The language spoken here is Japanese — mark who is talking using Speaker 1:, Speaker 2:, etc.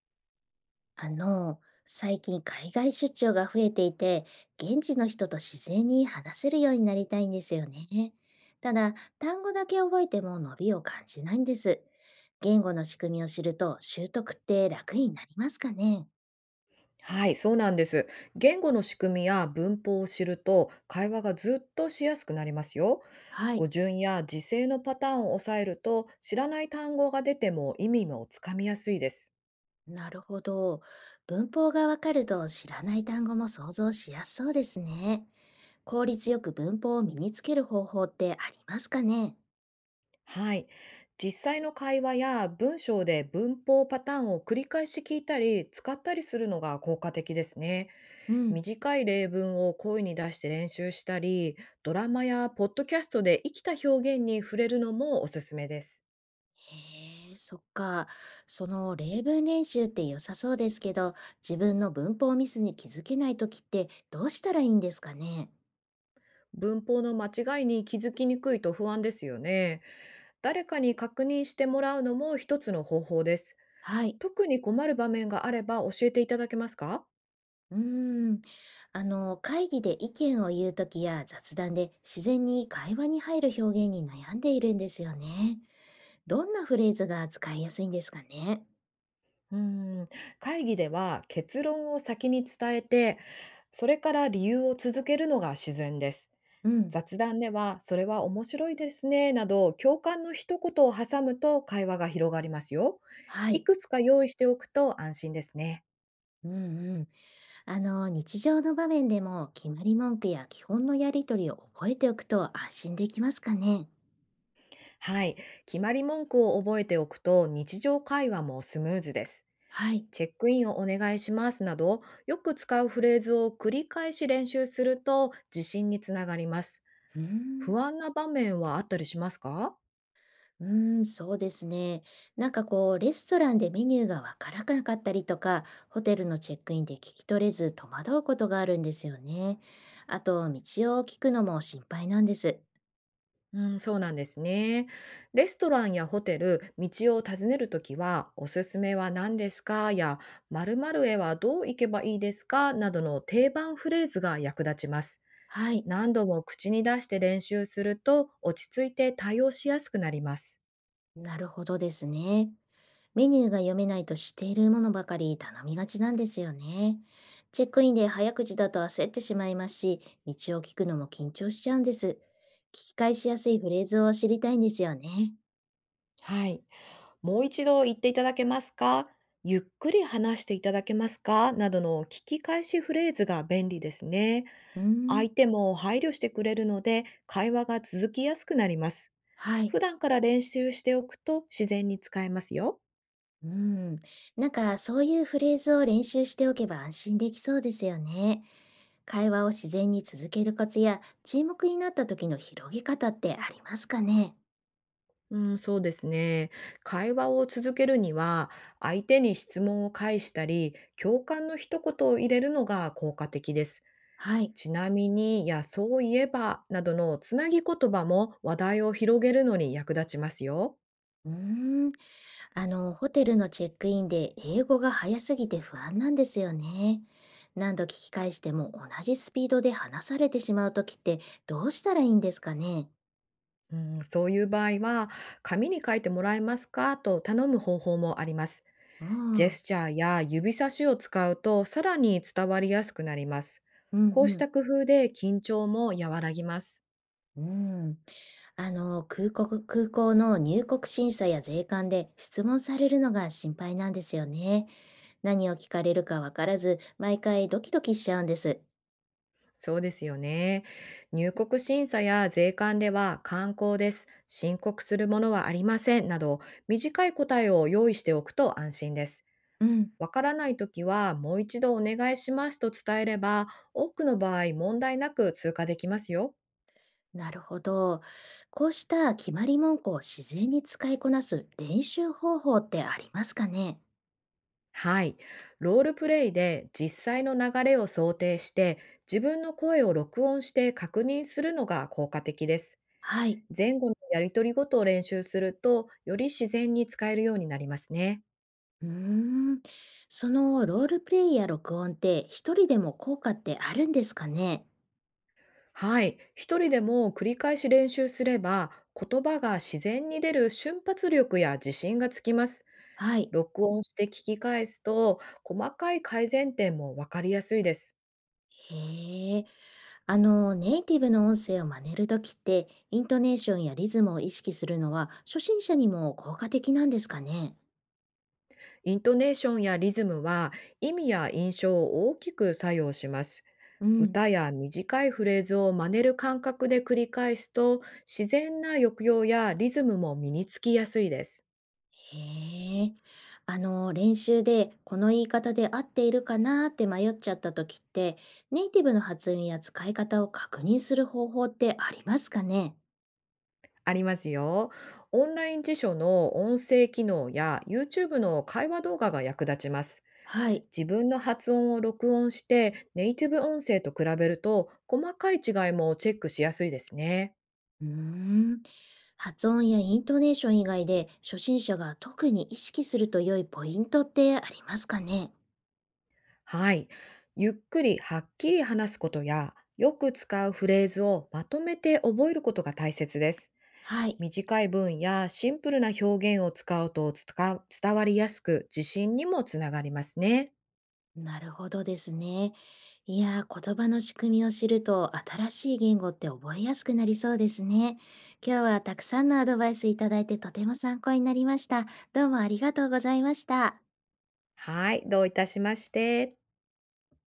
Speaker 1: 最近海外出張が増えていて、現地の人と自然に話せるようになりたいんですよね。ただ、単語だけ覚えても伸びを感じないんです。言語の仕組みを知ると習得って楽になりますかね？
Speaker 2: はい、そうなんです。言語の仕組みや文法を知ると、会話がずっとしやすくなりますよ。
Speaker 1: はい。
Speaker 2: 語順や時制のパターンを抑えると、知らない単語が出ても意味もつかみやすいです。
Speaker 1: なるほど。文法がわかると知らない単語も想像しやすそうですね。効率よく文法を身につける方法ってありますかね？
Speaker 2: はい。実際の会話や文章で文法パターンを繰り返し聞いたり、使ったりするのが効果的ですね。
Speaker 1: うん。
Speaker 2: 短い例文を声に出して練習したり、ドラマやポッドキャストで生きた表現に触れるのもおすすめです。
Speaker 1: へえ、そっか。その例文練習って良さそうですけど、自分の文法ミスに気づけないときってどうしたらいいんですかね。
Speaker 2: 文法の間違いに気づきにくいと不安ですよね。誰かに確認してもらうのも一つの方法です。
Speaker 1: はい。
Speaker 2: 特に困る場面があれば教えていただけますか？
Speaker 1: うーん。会議で意見を言うときや雑談で自然に会話に入る表現に悩んでいるんですよね。どんなフレーズが使いやすいんですかね。
Speaker 2: うーん、会議では結論を先に伝えて、それから理由を続けるのが自然です。
Speaker 1: うん。
Speaker 2: 雑談では、それは面白いですね、など共感の一言を挟むと会話が広がりますよ。
Speaker 1: は
Speaker 2: い
Speaker 1: い。
Speaker 2: くつか用意しておくと安心ですね。
Speaker 1: うんうん。日常の場面でも決まり文句や基本のやりとりを覚えておくと安心できますかね。
Speaker 2: はい。決まり文句を覚えておくと日常会話もスムーズです。
Speaker 1: はい。
Speaker 2: チェックインをお願いしますなど、よく使うフレーズを繰り返し練習すると自信につながります。
Speaker 1: うーん、
Speaker 2: 不安な場面はあったりしますか？
Speaker 1: うーん、そうですね。なんかこう、レストランでメニューがわからなかったりとか、ホテルのチェックインで聞き取れず戸惑うことがあるんですよね。あと、道を聞くのも心配なんです。
Speaker 2: うん、そうなんですね。レストランやホテル、道を尋ねるときは、おすすめは何ですかや、〇〇へはどう行けばいいですかなどの定番フレーズが役立ちます。
Speaker 1: はい、
Speaker 2: 何度も口に出して練習すると、落ち着いて対応しやすくなります。
Speaker 1: なるほどですね。メニューが読めないと知っているものばかり頼みがちなんですよね。チェックインで早口だと焦ってしまいますし、道を聞くのも緊張しちゃうんです。聞き返しやすいフレーズを知りたいんですよね。
Speaker 2: はい。もう一度言っていただけますか、ゆっくり話していただけますかなどの聞き返しフレーズが便利ですね。
Speaker 1: うーん、
Speaker 2: 相手も配慮してくれるので、会話が続きやすくなります。
Speaker 1: はい。
Speaker 2: 普段から練習しておくと自然に使えますよ。
Speaker 1: うーん、なんかそういうフレーズを練習しておけば安心できそうですよね。会話を自然に続けるコツや沈黙になった時の広げ方ってありますかね？
Speaker 2: うん、そうですね。会話を続けるには、相手に質問を返したり、共感の一言を入れるのが効果的です。
Speaker 1: はい。
Speaker 2: ちなみに、いや、そういえば、などのつなぎ言葉も話題を広げるのに役立ちますよ。
Speaker 1: うーん、ホテルのチェックインで英語が早すぎて不安なんですよね。何度聞き返しても同じスピードで話されてしまう時ってどうしたらいいんですかね？
Speaker 2: うん、そういう場合は、紙に書いてもらえますかと頼む方法もあります。
Speaker 1: うん、う
Speaker 2: ジェス
Speaker 1: ん、
Speaker 2: チャーや指差しを使うと、さらに伝わりやすくなります。
Speaker 1: う
Speaker 2: こうし
Speaker 1: ん、
Speaker 2: た工夫で緊張も和らぎます。
Speaker 1: うん。あの、空港の入国審査や税関で質問されるのが心配なんですよね。何を聞かれるかわからず、毎回ドキドキしちゃうんです。
Speaker 2: そうですよね。入国審査や税関では観光です。申告するものはありません。など、短い答えを用意しておくと安心です。
Speaker 1: うん、
Speaker 2: わからないときは、もう一度お願いしますと伝えれば、多くの場合問題なく通過できますよ。
Speaker 1: なるほど。こうした決まり文句を自然に使いこなす練習方法ってありますかね？
Speaker 2: はい。ロールプレイで実際の流れを想定して、自分の声を録音して確認するのが効果的です。
Speaker 1: はい。
Speaker 2: 前後のやりとりごとを練習すると、より自然に使えるようになりますね。
Speaker 1: うーん。そのロールプレイや録音って一人でも効果ってあるんですかね？
Speaker 2: はい。一人でも繰り返し練習すれば、言葉が自然に出る瞬発力や自信がつきます。
Speaker 1: はい。
Speaker 2: 録音して聞き返すと、細かい改善点もわかりやすいです。
Speaker 1: へえ。ネイティブの音声を真似るときって、イントネーションやリズムを意識するのは、初心者にも効果的なんですかね？
Speaker 2: イントネーションやリズムは意味や印象を大きく作用します。
Speaker 1: うん、
Speaker 2: 歌や短いフレーズを真似る感覚で繰り返すと、自然な抑揚やリズムも身につきやすいです。
Speaker 1: へえ。練習で、この言い方で合っているかなって迷っちゃったときって、ネイティブの発音や使い方を確認する方法ってありますかね？
Speaker 2: ありますよ。オンライン辞書の音声機能や YouTube の会話動画が役立ちます。
Speaker 1: はい。
Speaker 2: 自分の発音を録音して、ネイティブ音声と比べると、細かい違いもチェックしやすいですね。
Speaker 1: うーん。発音やイントネーション以外で、初心者が特に意識すると良いポイントってありますかね？
Speaker 2: はい。ゆっくりはっきり話すことや、よく使うフレーズをまとめて覚えることが大切です。
Speaker 1: はい。
Speaker 2: 短い文やシンプルな表現を使うと伝わりやすく、自信にもつながりますね。
Speaker 1: なるほどですね。いやー、言葉の仕組みを知ると新しい言語って覚えやすくなりそうですね。今日はたくさんのアドバイスいただいてとても参考になりました。どうもありがとうございました。
Speaker 2: はい。どういたしまして。